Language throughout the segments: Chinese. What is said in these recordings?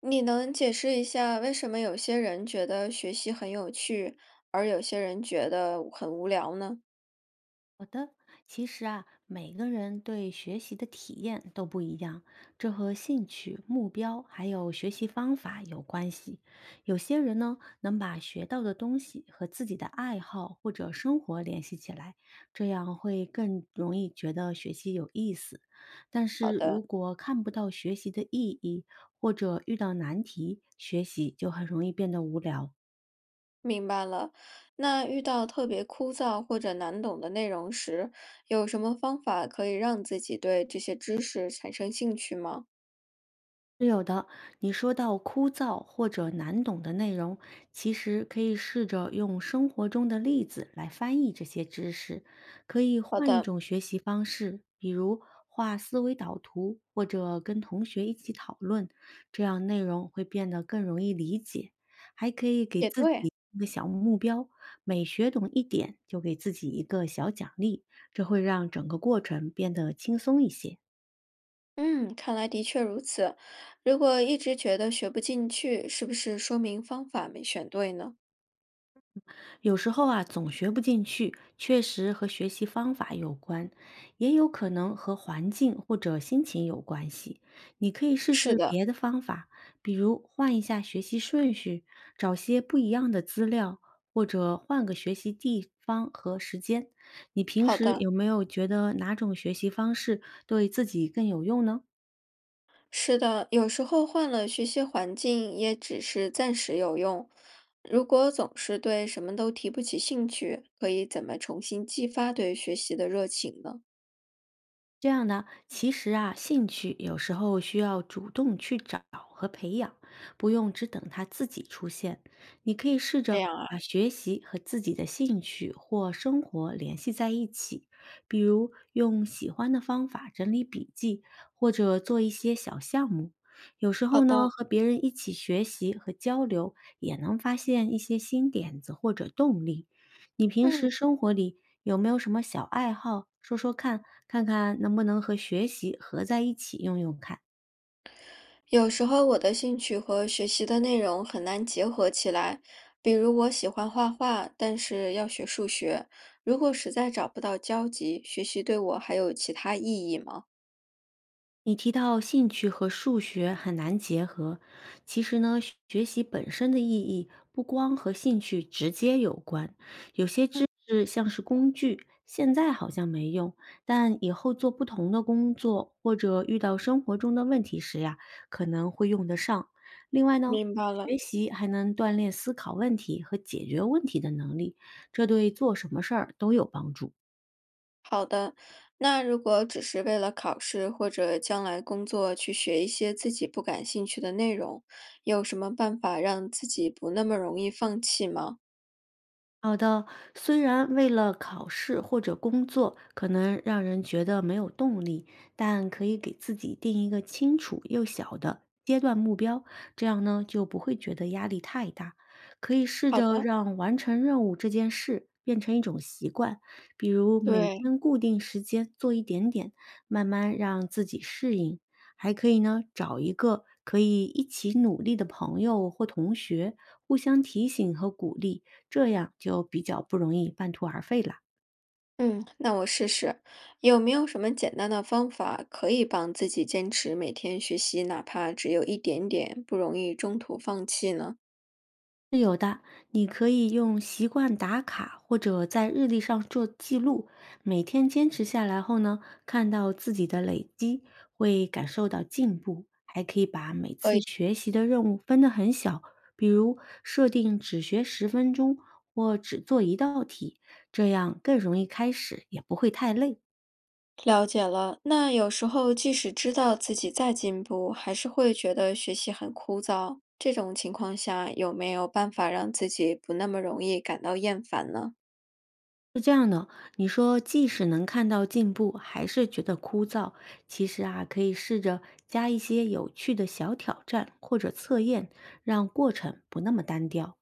你能解释一下为什么有些人觉得学习很有趣，而有些人觉得很无聊呢？好的，其实啊，每个人对学习的体验都不一样，这和兴趣、目标还有学习方法有关系。有些人呢，能把学到的东西和自己的爱好或者生活联系起来，这样会更容易觉得学习有意思。但好是如的，果看不到学习的意义，或者遇到难题，学习就很容易变得无聊。明白了。那遇到特别枯燥或者难懂的内容时，有什么方法可以让自己对这些知识产生兴趣吗？是有的，你说到枯燥或者难懂的内容，其实可以试着用生活中的例子来翻译这些知识，可以好换一的，种学习方式，比如画思维导图或者跟同学一起讨论，这样内容会变得更容易理解。还可以给也自对。己一个小目标，每学懂一点就给自己一个小奖励，这会让整个过程变得轻松一些。嗯，看来的确如此。如果一直觉得学不进去，是不是说明方法没选对呢？有时候啊，总学不进去，确实和学习方法有关，也有可能和环境或者心情有关系。你可以试是试的，别的方法，比如换一下学习顺序，找些不一样的资料，或者换个学习地方和时间。你平好时的。有没有觉得哪种学习方式对自己更有用呢？是的，有时候换了学习环境也只是暂时有用。如果总是对什么都提不起兴趣，可以怎么重新激发对学习的热情呢？这样呢，其实啊，兴趣有时候需要主动去找和培养，不用只等它自己出现。你可以试这着样啊，把学习和自己的兴趣或生活联系在一起，比如用喜欢的方法整理笔记，或者做一些小项目。有时好候呢，的，和别人一起学习和交流，也能发现一些新点子或者动力。你平时嗯，生活里有没有什么小爱好？说说看，看看能不能和学习合在一起用用看。有时候我的兴趣和学习的内容很难结合起来，比如我喜欢画画，但是要学数学，如果实在找不到交集，学习对我还有其他意义吗？你提到兴趣和数学很难结合，其实呢，学习本身的意义不光和兴趣直接有关，有些知识像是工具，现在好像没用，但以后做不同的工作或者遇到生活中的问题时呀，可能会用得上。另外呢，明白了。学习还能锻炼思考问题和解决问题的能力，这对做什么事儿都有帮助。好的，那如果只是为了考试或者将来工作去学一些自己不感兴趣的内容，有什么办法让自己不那么容易放弃吗？好的，虽然为了考试或者工作，可能让人觉得没有动力，但可以给自己定一个清楚又小的阶段目标，这样呢就不会觉得压力太大。可以试好着的，让完成任务这件事变成一种习惯，比如每对，天固定时间做一点点，慢慢让自己适应。还可以呢，找一个可以一起努力的朋友或同学，互相提醒和鼓励。这样就比较不容易半途而废了。嗯，那我试试。有没有什么简单的方法可以帮自己坚持每天学习，哪怕只有一点点，不容易中途放弃呢？是有的，你可以用习惯打卡或者在日历上做记录，每天坚持下来后呢，看到自己的累积，会感受到进步。还可以把每次学习的任务分得很小，比如设定只学十分钟或只做一道题，这样更容易开始，也不会太累。了解了，那有时候即使知道自己在进步，还是会觉得学习很枯燥。这种情况下，有没有办法让自己不那么容易感到厌烦呢？是这样的，你说即使能看到进步，还是觉得枯燥，其实啊，可以试着加一些有趣的小挑战或者测验，让过程不那么单调。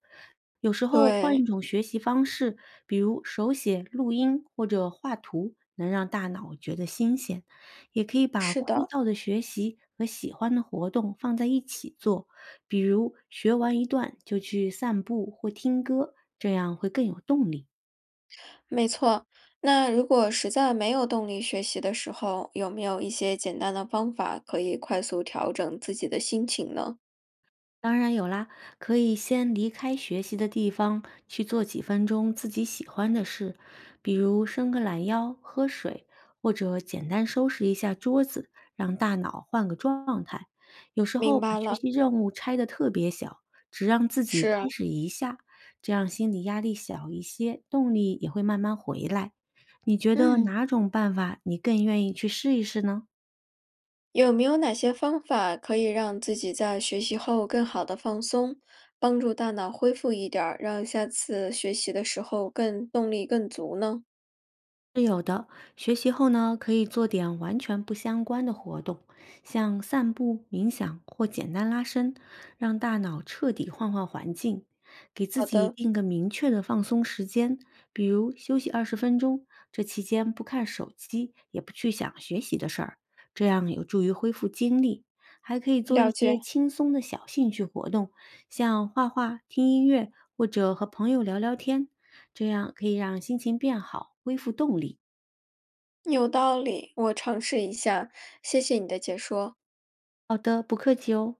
有时候换对，一种学习方式，比如手写、录音或者画图，能让大脑觉得新鲜。也可以把是枯的，燥的学习和喜欢的活动放在一起做，比如学完一段就去散步或听歌，这样会更有动力。没错。那如果实在没有动力学习的时候，有没有一些简单的方法可以快速调整自己的心情呢？当然有啦，可以先离开学习的地方，去做几分钟自己喜欢的事，比如伸个懒腰、喝水，或者简单收拾一下桌子，让大脑换个状态。有时候明把白学了，习任务拆得特别小，只让自己是，开始一下，这样心理压力小一些，动力也会慢慢回来。你觉得嗯。哪种办法你更愿意去试一试呢？有没有哪些方法可以让自己在学习后更好的放松，帮助大脑恢复一点儿，让下次学习的时候更动力更足呢？是有的，学习后呢，可以做点完全不相关的活动，像散步、冥想或简单拉伸，让大脑彻底换换环境。给自好己的，定个明确的放松时间，比如休息20分钟，这期间不看手机，也不去想学习的事儿，这样有助于恢复精力。还可以做一了解，些轻松的小兴趣活动，像画画、听音乐或者和朋友聊聊天，这样可以让心情变好，恢复动力。有道理，我尝试一下，谢谢你的解说。好的，不客气哦。